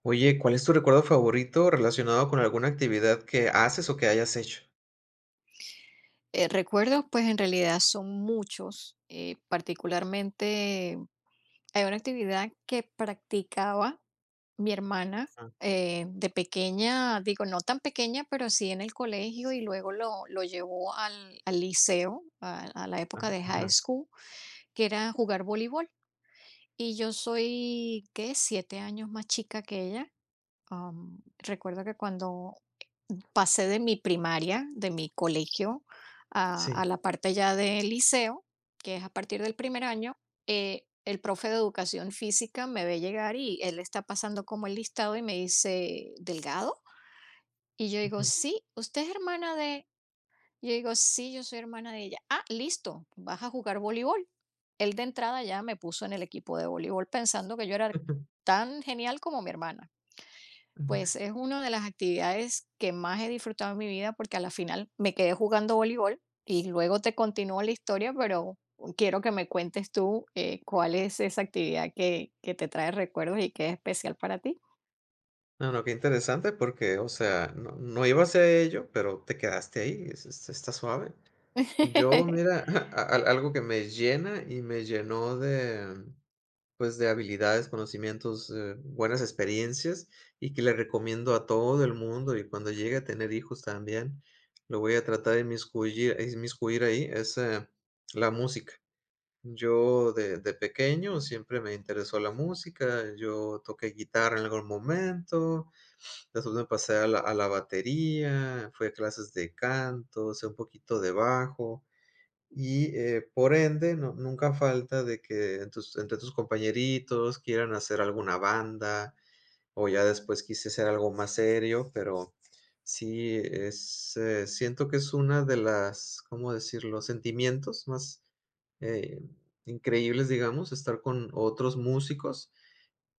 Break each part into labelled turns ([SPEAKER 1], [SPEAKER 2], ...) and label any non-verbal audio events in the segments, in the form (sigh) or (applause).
[SPEAKER 1] Oye, ¿cuál es tu recuerdo favorito relacionado con alguna actividad que haces o que hayas hecho?
[SPEAKER 2] Recuerdos, pues en realidad son muchos. Particularmente hay una actividad que practicaba mi hermana
[SPEAKER 1] Ah,
[SPEAKER 2] de pequeña, digo, no tan pequeña, pero sí en el colegio y luego lo llevó al liceo, a la época de
[SPEAKER 1] ah,
[SPEAKER 2] high school, que era jugar voleibol. Y yo soy, ¿qué? 7 años más chica que ella. Recuerdo que cuando pasé de mi primaria, de mi colegio, a
[SPEAKER 1] sí.
[SPEAKER 2] la parte ya del liceo, que es a partir del primer año, el profe de educación física me ve llegar y él está pasando como el listado y me dice, ¿Delgado? Y yo digo,
[SPEAKER 1] Ujú,
[SPEAKER 2] sí, usted es hermana de... Yo digo, sí, yo soy hermana de ella. Ah, listo, vas a jugar voleibol. Él de entrada ya me puso en el equipo de voleibol pensando que yo era
[SPEAKER 1] (laughs) ujú,
[SPEAKER 2] tan genial como mi hermana.
[SPEAKER 1] ujú.
[SPEAKER 2] Pues es una de las actividades que más he disfrutado en mi vida porque a la final me quedé jugando voleibol y luego te continúo la historia, pero quiero que me cuentes tú cuál es esa actividad que te trae recuerdos y que es especial para ti.
[SPEAKER 1] No, no, qué interesante porque, o sea, no, no ibas a ello, pero te quedaste ahí, está suave. Yo,
[SPEAKER 2] (laughs)
[SPEAKER 1] mira, (laughs) algo que me llena y me llenó de, pues, de habilidades, conocimientos, buenas experiencias y que le recomiendo a todo el mundo y cuando llegue a tener hijos también, lo voy a tratar de inmiscuir ahí, es la música. Yo de pequeño siempre me interesó la música, yo toqué guitarra en algún momento, después me pasé a la batería, fui a clases de canto, sé un poquito de bajo y, por ende, no nunca falta de que en tus entre tus compañeritos quieran hacer alguna banda, o ya después quise ser algo más serio, pero sí es, siento que es una de las, ¿cómo decirlo?, sentimientos más, eh, increíbles, digamos, estar con otros músicos,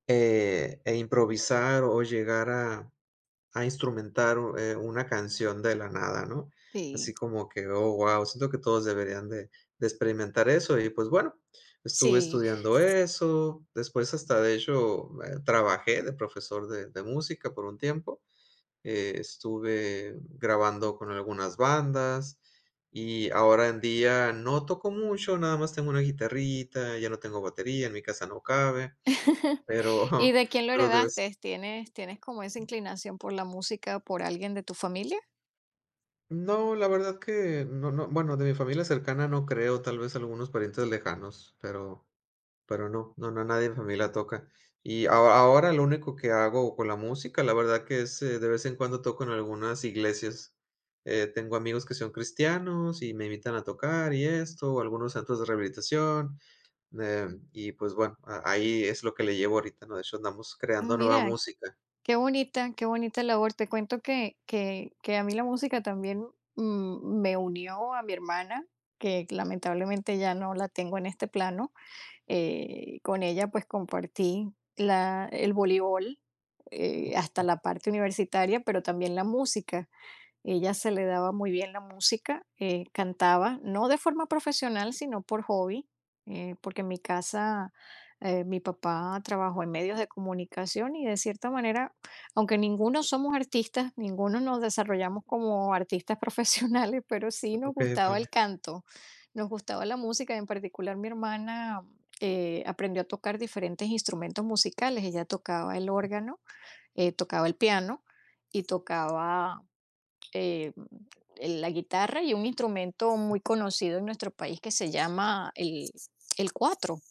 [SPEAKER 1] e improvisar o llegar a instrumentar, una canción de la nada, ¿no?
[SPEAKER 2] Sí,
[SPEAKER 1] Así como que, oh, guau, siento que todos deberían de experimentar eso y, pues, bueno, estuve
[SPEAKER 2] sí.
[SPEAKER 1] estudiando eso, después hasta, de hecho, trabajé de profesor de música por un tiempo, estuve grabando con algunas bandas y ahora en día no toco mucho, nada más tengo una guitarrita, ya no tengo batería, en mi casa no cabe,
[SPEAKER 2] (laughs)
[SPEAKER 1] pero
[SPEAKER 2] ¿Y
[SPEAKER 1] (laughs)
[SPEAKER 2] de quién lo
[SPEAKER 1] pero de vez
[SPEAKER 2] heredaste? ¿Tienes, tienes como esa inclinación por la música, por alguien de tu familia?
[SPEAKER 1] No, la verdad que no, no, bueno, de mi familia cercana no creo, tal vez algunos parientes lejanos, pero no, no, no, nadie en mi familia toca. Y ahora lo único que hago con la música, la verdad que es, de vez en cuando toco en algunas iglesias. Tengo amigos que son cristianos y me invitan a tocar y esto, o algunos centros de rehabilitación, eh, y pues bueno, ahí es lo que le llevo ahorita, ¿no? De hecho, andamos
[SPEAKER 2] Ah,
[SPEAKER 1] creando nueva
[SPEAKER 2] mira,
[SPEAKER 1] música.
[SPEAKER 2] qué bonita, qué bonita labor. Te cuento que a mí la música también, me unió a mi hermana, que lamentablemente ya no la tengo en este plano. Con ella, pues, compartí la el voleibol, hasta la parte universitaria, pero también la música. Ella se le daba muy bien la música, cantaba, no de forma profesional, sino por hobby, porque en mi casa mi papá trabajó en medios de comunicación y de cierta manera, aunque ninguno somos artistas, ninguno nos desarrollamos como artistas (laughs) profesionales, pero sí nos
[SPEAKER 1] Ok,
[SPEAKER 2] gustaba
[SPEAKER 1] vale.
[SPEAKER 2] el canto, nos gustaba la música, en particular mi hermana aprendió a tocar diferentes instrumentos musicales, ella tocaba el órgano, tocaba el piano y tocaba eh, la guitarra y un instrumento muy conocido en nuestro país que se llama el cuatro.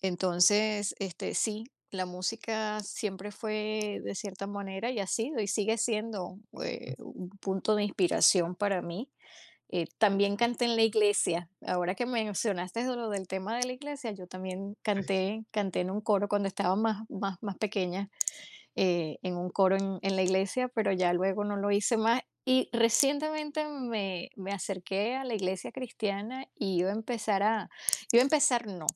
[SPEAKER 2] Entonces, este, sí, la música siempre fue de cierta manera y ha sido y sigue siendo un punto de inspiración para mí. También canté en la iglesia. Ahora que mencionaste lo del tema de la iglesia, yo también canté, canté en un coro cuando estaba más, más, más pequeña en un coro en la iglesia, pero ya luego no lo hice más. Y recientemente me, me acerqué a la iglesia cristiana y iba a empezar a, iba a empezar no.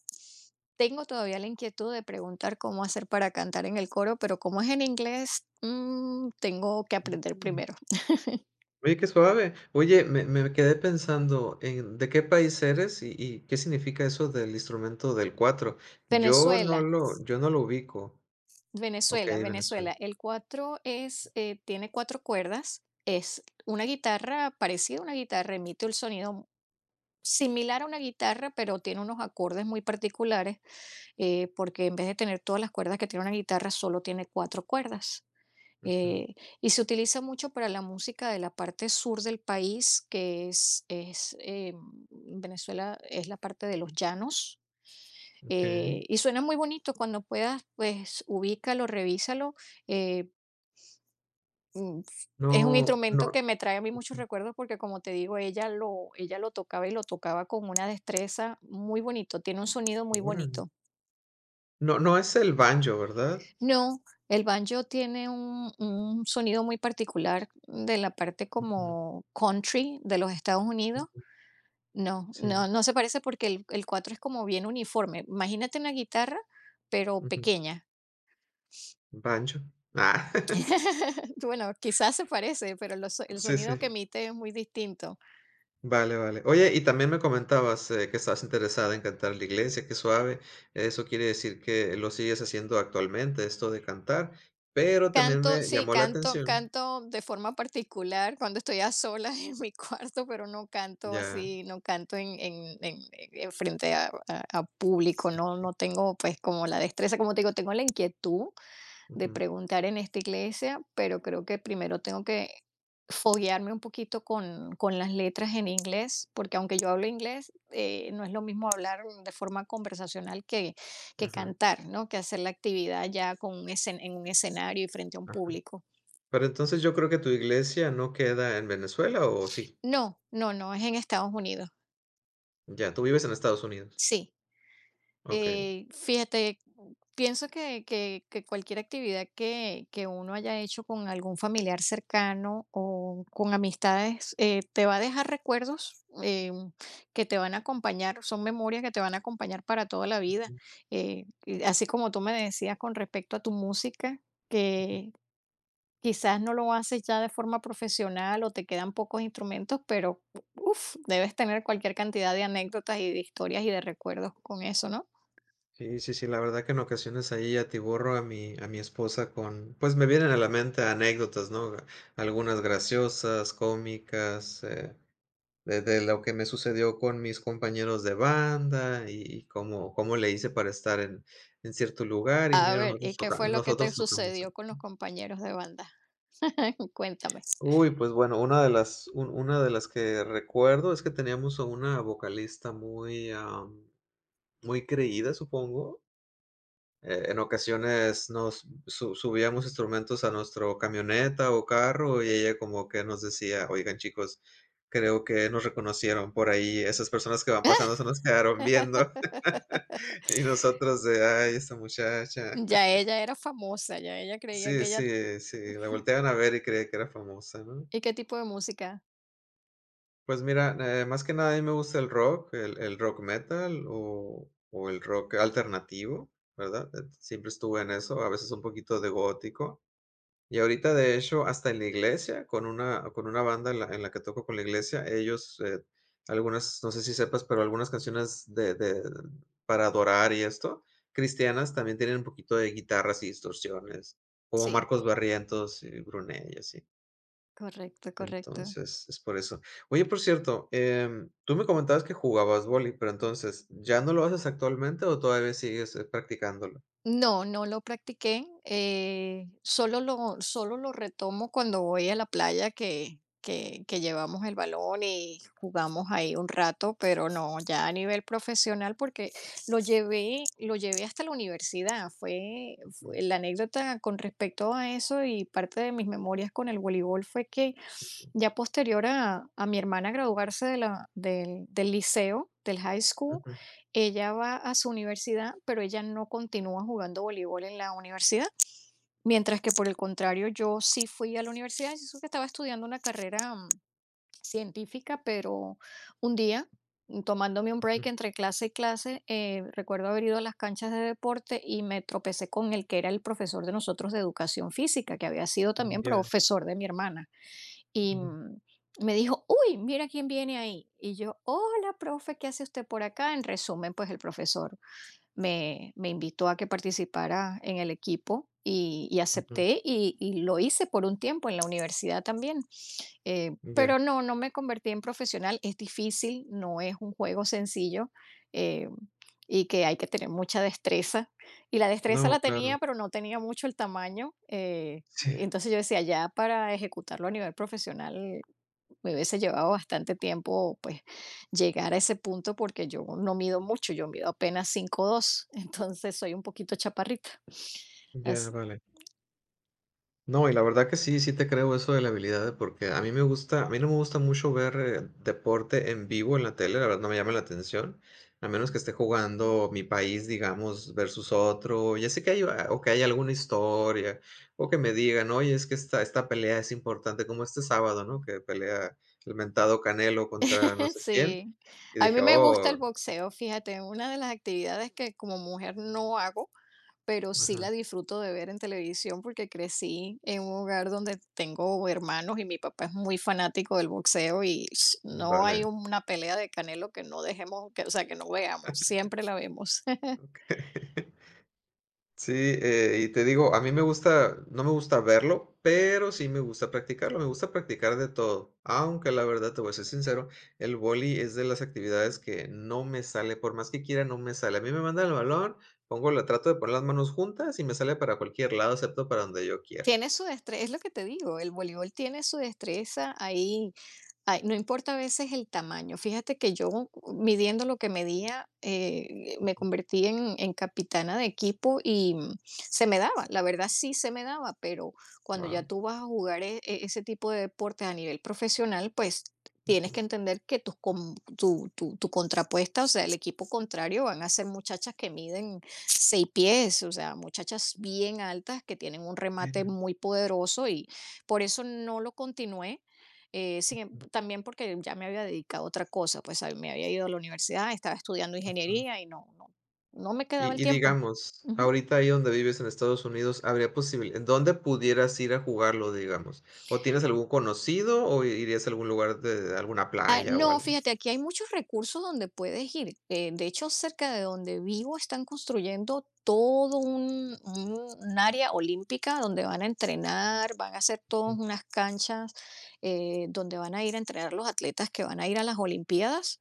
[SPEAKER 2] Tengo todavía la inquietud de preguntar cómo hacer para cantar en el coro, pero como es en inglés, tengo que aprender
[SPEAKER 1] Ujú.
[SPEAKER 2] primero.
[SPEAKER 1] Oye, qué suave. Oye, me quedé pensando en de qué país eres y qué significa eso del instrumento del cuatro.
[SPEAKER 2] Venezuela,
[SPEAKER 1] Yo no lo ubico.
[SPEAKER 2] Venezuela,
[SPEAKER 1] Okey, Venezuela.
[SPEAKER 2] Venezuela. El cuatro es, tiene 4 cuerdas. Es una guitarra parecida a una guitarra, emite el sonido similar a una guitarra, pero tiene unos acordes muy particulares, porque en vez de tener todas las cuerdas que tiene una guitarra, solo tiene 4 cuerdas.
[SPEAKER 1] Ujú,
[SPEAKER 2] Eh, y se utiliza mucho para la música de la parte sur del país, que es Venezuela, es la parte de los llanos.
[SPEAKER 1] okey.
[SPEAKER 2] Y suena muy bonito cuando puedas, pues ubícalo, revísalo. eh, mm, es un
[SPEAKER 1] No,
[SPEAKER 2] instrumento
[SPEAKER 1] no.
[SPEAKER 2] que me trae a mí muchos
[SPEAKER 1] Ujú,
[SPEAKER 2] recuerdos porque como te digo, ella lo tocaba y lo tocaba con una destreza muy bonito, tiene un sonido muy
[SPEAKER 1] órale.
[SPEAKER 2] bonito.
[SPEAKER 1] ¿No no es el banjo, verdad?
[SPEAKER 2] No, el banjo tiene un sonido muy particular de la parte como country de los Estados Unidos.
[SPEAKER 1] Ujú,
[SPEAKER 2] No,
[SPEAKER 1] sí,
[SPEAKER 2] no, no se parece porque el 4 es como bien uniforme. Imagínate una guitarra, pero
[SPEAKER 1] ujú.
[SPEAKER 2] pequeña.
[SPEAKER 1] Banjo. Ah, (laughs)
[SPEAKER 2] (laughs) Bueno, quizás se parece, pero el
[SPEAKER 1] sí, sí.
[SPEAKER 2] sonido que emite es muy distinto.
[SPEAKER 1] Vale, vale. Oye, y también me comentabas que estabas interesada en cantar en la iglesia, qué suave. Eso quiere decir que lo sigues haciendo actualmente, esto de cantar, pero también
[SPEAKER 2] Canto,
[SPEAKER 1] me
[SPEAKER 2] sí,
[SPEAKER 1] llamó la
[SPEAKER 2] canto
[SPEAKER 1] atención.
[SPEAKER 2] canto de forma particular cuando estoy a solas (laughs) en mi cuarto, pero no canto
[SPEAKER 1] Ya.
[SPEAKER 2] así, no canto en frente a
[SPEAKER 1] Sí,
[SPEAKER 2] público, no no tengo, pues, como la destreza, como te digo, tengo la inquietud, de
[SPEAKER 1] ujú.
[SPEAKER 2] preguntar en esta iglesia, pero creo que primero tengo que foguearme un poquito con las letras en inglés, porque aunque yo hablo inglés, no es lo mismo hablar de forma conversacional que
[SPEAKER 1] Ajá,
[SPEAKER 2] cantar, ¿no? Que hacer la actividad ya con un en un escenario y frente a un
[SPEAKER 1] ajá.
[SPEAKER 2] público.
[SPEAKER 1] Pero entonces yo creo que tu iglesia no queda en Venezuela, ¿o sí?
[SPEAKER 2] No, no, no, es en Estados Unidos.
[SPEAKER 1] Ya, tú vives en Estados Unidos.
[SPEAKER 2] Sí.
[SPEAKER 1] Ok.
[SPEAKER 2] Fíjate, pienso que, que cualquier actividad que uno haya hecho con algún familiar cercano o con amistades te va a dejar recuerdos que te van a acompañar, son memorias que te van a acompañar para toda la vida. Y así como tú me decías con respecto a tu música, que quizás no lo haces ya de forma profesional o te quedan pocos instrumentos, pero uf, debes tener cualquier cantidad de anécdotas y de historias y de recuerdos con eso, ¿no?
[SPEAKER 1] Sí, sí, sí, la verdad que en ocasiones ahí atiborro a mi esposa con, pues me vienen a la mente anécdotas, ¿no? Algunas graciosas, cómicas, de lo que me sucedió con mis compañeros de banda y cómo le hice para estar en cierto lugar y
[SPEAKER 2] A
[SPEAKER 1] mira,
[SPEAKER 2] ver, ¿y qué fue lo que te
[SPEAKER 1] nosotros tocamos ahí.
[SPEAKER 2] sucedió con los compañeros de banda? (laughs) Cuéntame.
[SPEAKER 1] Uy, pues bueno, una de las un una de las que recuerdo es que teníamos a una vocalista muy, muy creída, supongo. En ocasiones nos subíamos instrumentos a nuestro camioneta o carro y ella como que nos decía, oigan chicos, creo que nos reconocieron por ahí, esas personas que van pasando se nos quedaron viendo (laughs)
[SPEAKER 2] (laughs)
[SPEAKER 1] y nosotros de, ay, esta muchacha.
[SPEAKER 2] Ya ella era famosa, ya ella creía
[SPEAKER 1] Sí,
[SPEAKER 2] que ella
[SPEAKER 1] sí, sí, la volteaban a ver y creía que era famosa, ¿no?
[SPEAKER 2] ¿y qué tipo de música?
[SPEAKER 1] Pues mira, más que nada a mí me gusta el rock, el rock metal o el rock alternativo, ¿verdad? Siempre estuve en eso, a veces un poquito de gótico. Y ahorita, de hecho, hasta en la iglesia, con una banda en la que toco con la iglesia, ellos, algunas, no sé si sepas, pero algunas canciones de para adorar y esto, cristianas, también tienen un poquito de guitarras y distorsiones, como
[SPEAKER 2] Sí,
[SPEAKER 1] Marcos Barrientos y Brunet y así.
[SPEAKER 2] correcto, correcto.
[SPEAKER 1] Entonces, es por eso. Oye, por cierto, tú me comentabas que jugabas vóley, pero entonces, ¿ya no lo haces actualmente o todavía sigues, practicándolo?
[SPEAKER 2] No, no lo practiqué, solo lo retomo cuando voy a la playa que llevamos el balón y jugamos ahí un rato, pero no, ya a nivel profesional, porque lo llevé hasta la universidad, fue
[SPEAKER 1] Mm,
[SPEAKER 2] fue la anécdota con respecto a eso y parte de mis memorias con el voleibol fue que ya posterior a mi hermana graduarse de la del liceo, del high school,
[SPEAKER 1] ujú,
[SPEAKER 2] ella va a su universidad, pero ella no continúa jugando voleibol en la universidad. Mientras que por el contrario, yo sí fui a la universidad, y eso que estaba estudiando una carrera científica, pero un día, tomándome un break
[SPEAKER 1] ujú,
[SPEAKER 2] entre clase y clase, recuerdo haber ido a las canchas de deporte y me tropecé con el que era el profesor de nosotros de educación física, que había sido también
[SPEAKER 1] ya,
[SPEAKER 2] profesor de mi hermana. Y
[SPEAKER 1] ujú,
[SPEAKER 2] mm, Me dijo, uy, mira quién viene ahí. Y yo, hola, profe, ¿qué hace usted por acá? En resumen, pues el profesor me, me invitó a que participara en el equipo y
[SPEAKER 1] ujú,
[SPEAKER 2] acepté y lo hice por un tiempo en la universidad también.
[SPEAKER 1] ya.
[SPEAKER 2] Pero no, no me convertí en profesional. Es difícil, no es un juego sencillo eh, y que hay que tener mucha destreza. Y la destreza
[SPEAKER 1] No,
[SPEAKER 2] la
[SPEAKER 1] claro.
[SPEAKER 2] tenía, pero no tenía mucho el tamaño.
[SPEAKER 1] Sí,
[SPEAKER 2] Entonces yo decía, ya para ejecutarlo a nivel profesional me hubiese llevado bastante tiempo, pues, llegar a ese punto porque yo no mido mucho, yo mido apenas 5'2" (laughs) entonces soy un poquito chaparrita.
[SPEAKER 1] ya,
[SPEAKER 2] Así
[SPEAKER 1] vale. No, y la verdad que sí, sí te creo eso de la habilidad, porque a mí no me gusta mucho ver deporte en vivo en la tele, la verdad no me llama la atención, a menos que esté jugando mi país, digamos, versus otro, ya sé que hay, ah, o que hay alguna historia, o que me digan, oye, es que esta pelea es importante, como este sábado, ¿no? Que pelea el mentado Canelo contra no
[SPEAKER 2] (laughs)
[SPEAKER 1] sé quién,
[SPEAKER 2] sí.
[SPEAKER 1] y
[SPEAKER 2] A
[SPEAKER 1] dije,
[SPEAKER 2] mí me gusta el
[SPEAKER 1] oh,
[SPEAKER 2] boxeo, fíjate, una de las actividades que como mujer no hago, pero sí
[SPEAKER 1] ajá,
[SPEAKER 2] la disfruto de ver en televisión porque crecí en un hogar donde tengo hermanos y mi papá es muy fanático del boxeo y sh, no hay
[SPEAKER 1] vale.
[SPEAKER 2] una pelea de Canelo que no dejemos, que, o sea, que no veamos, siempre la vemos. (laughs)
[SPEAKER 1] (laughs) Sí, y te digo, a mí me gusta, no me gusta verlo, pero sí me gusta practicarlo, me gusta practicar de todo, aunque la verdad te voy a ser sincero, el boli es de las actividades que no me sale, por más que quiera, no me sale. A mí me mandan el balón, pongo, la trato de poner las manos juntas y me sale para cualquier lado, excepto para donde yo quiero.
[SPEAKER 2] Tiene su destreza, es lo que te digo, el voleibol tiene su destreza ahí. Ay, no importa a veces el tamaño. Fíjate que yo, midiendo lo que medía, me convertí en capitana de equipo y se me daba, la verdad sí se me daba, pero cuando ya
[SPEAKER 1] Wow.
[SPEAKER 2] tú vas a jugar ese tipo de deportes a nivel profesional, pues tienes que entender que tu, tu, tu contrapuesta, o sea, el equipo contrario, van a ser muchachas que miden 6 pies, o sea, muchachas bien altas que tienen un remate
[SPEAKER 1] Bueno.
[SPEAKER 2] muy poderoso y por eso no lo continué también porque ya me había dedicado a otra cosa, pues me había ido a la universidad, estaba estudiando ingeniería y no, no, no me quedaba el
[SPEAKER 1] Y
[SPEAKER 2] tiempo.
[SPEAKER 1] digamos,
[SPEAKER 2] Ujú.
[SPEAKER 1] ahorita ahí donde vives en Estados Unidos, ¿habría posible, en dónde pudieras ir a jugarlo, digamos? ¿O tienes algún conocido o irías a algún lugar de alguna
[SPEAKER 2] Ah,
[SPEAKER 1] playa o
[SPEAKER 2] no,
[SPEAKER 1] algo?
[SPEAKER 2] fíjate, aquí hay muchos recursos donde puedes ir. De hecho, cerca de donde vivo están construyendo todo un, un área olímpica donde van a entrenar, van a hacer todas unas canchas donde van a ir a entrenar los atletas que van a ir a las Olimpiadas.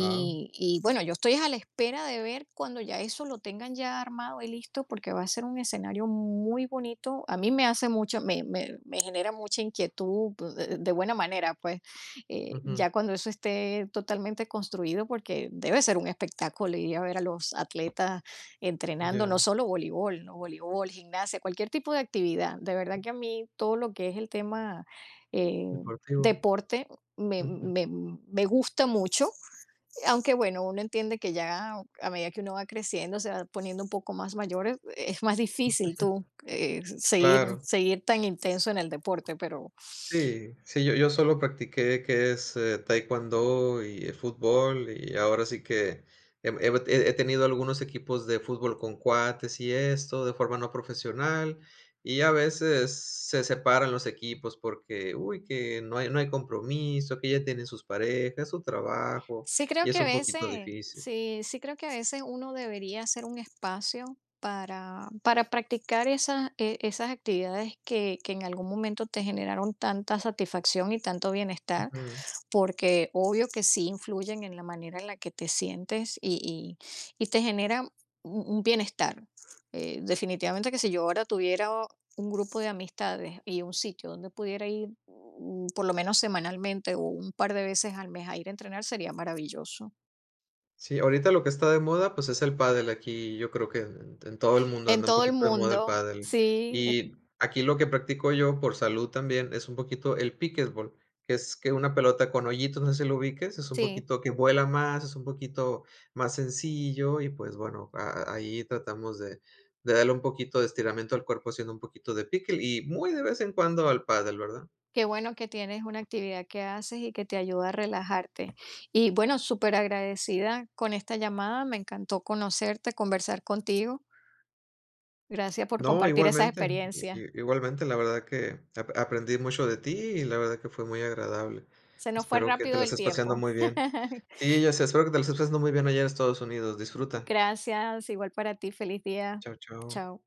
[SPEAKER 1] Wao,
[SPEAKER 2] Y bueno, yo estoy a la espera de ver cuando ya eso lo tengan ya armado y listo, porque va a ser un escenario muy bonito. A mí me hace mucho, me genera mucha inquietud de buena manera, pues ya cuando eso esté totalmente construido, porque debe ser un espectáculo ir a ver a los atletas entrenando, no
[SPEAKER 1] ya,
[SPEAKER 2] solo voleibol, ¿no? Voleibol, gimnasia, cualquier tipo de actividad. De verdad que a mí todo lo que es el tema eh,
[SPEAKER 1] deportivo,
[SPEAKER 2] deporte me,
[SPEAKER 1] ujú,
[SPEAKER 2] me, me gusta mucho, aunque bueno, uno entiende que ya a medida que uno va creciendo, se va poniendo un poco más mayor, es más difícil tú seguir,
[SPEAKER 1] claro.
[SPEAKER 2] seguir tan intenso en el deporte, pero
[SPEAKER 1] Sí, sí, yo solo practiqué que es taekwondo y fútbol y ahora sí que he tenido algunos equipos de fútbol con cuates y esto de forma no profesional y a veces se separan los equipos porque, uy, que no hay, no hay compromiso, que ya tienen sus parejas, su trabajo
[SPEAKER 2] sí creo
[SPEAKER 1] y
[SPEAKER 2] que
[SPEAKER 1] es
[SPEAKER 2] a
[SPEAKER 1] un poquito
[SPEAKER 2] veces,
[SPEAKER 1] difícil.
[SPEAKER 2] sí, sí creo que a veces uno debería hacer un espacio para practicar esas, esas actividades que en algún momento te generaron tanta satisfacción y tanto bienestar. Porque obvio que sí influyen en la manera en la que te sientes y te genera un bienestar. Definitivamente que si yo ahora tuviera un grupo de amistades y un sitio donde pudiera ir, por lo menos semanalmente o un par de veces al mes a ir a entrenar, sería maravilloso.
[SPEAKER 1] Sí, ahorita lo que está de moda, pues es el pádel. Aquí yo creo que en todo el mundo
[SPEAKER 2] En
[SPEAKER 1] anda un
[SPEAKER 2] todo el
[SPEAKER 1] poquito de moda el
[SPEAKER 2] mundo,
[SPEAKER 1] pádel.
[SPEAKER 2] sí,
[SPEAKER 1] Y aquí lo que practico yo por salud también es un poquito el pickleball, que es que una pelota con hoyitos, no sé si lo ubiques, es un
[SPEAKER 2] sí.
[SPEAKER 1] poquito que vuela más, es un poquito más sencillo y pues bueno, ahí tratamos de darle un poquito de estiramiento al cuerpo haciendo un poquito de pickle y muy de vez en cuando al pádel, ¿verdad?
[SPEAKER 2] Qué bueno que tienes una actividad que haces y que te ayuda a relajarte. Y bueno, súper agradecida con esta llamada, me encantó conocerte, conversar contigo. Gracias por
[SPEAKER 1] No,
[SPEAKER 2] compartir esas
[SPEAKER 1] igualmente,
[SPEAKER 2] experiencias.
[SPEAKER 1] igualmente, la verdad que aprendí mucho de ti y la verdad que fue muy agradable.
[SPEAKER 2] Se nos fue
[SPEAKER 1] Espero que te
[SPEAKER 2] rápido
[SPEAKER 1] la
[SPEAKER 2] el
[SPEAKER 1] estés paseando
[SPEAKER 2] tiempo.
[SPEAKER 1] muy bien.
[SPEAKER 2] (laughs)
[SPEAKER 1] Sí, ya sé, espero que te la estés pasando muy bien allá en Estados Unidos. Disfruta.
[SPEAKER 2] Gracias, igual para ti. Feliz día.
[SPEAKER 1] Chao, chao.
[SPEAKER 2] Chao.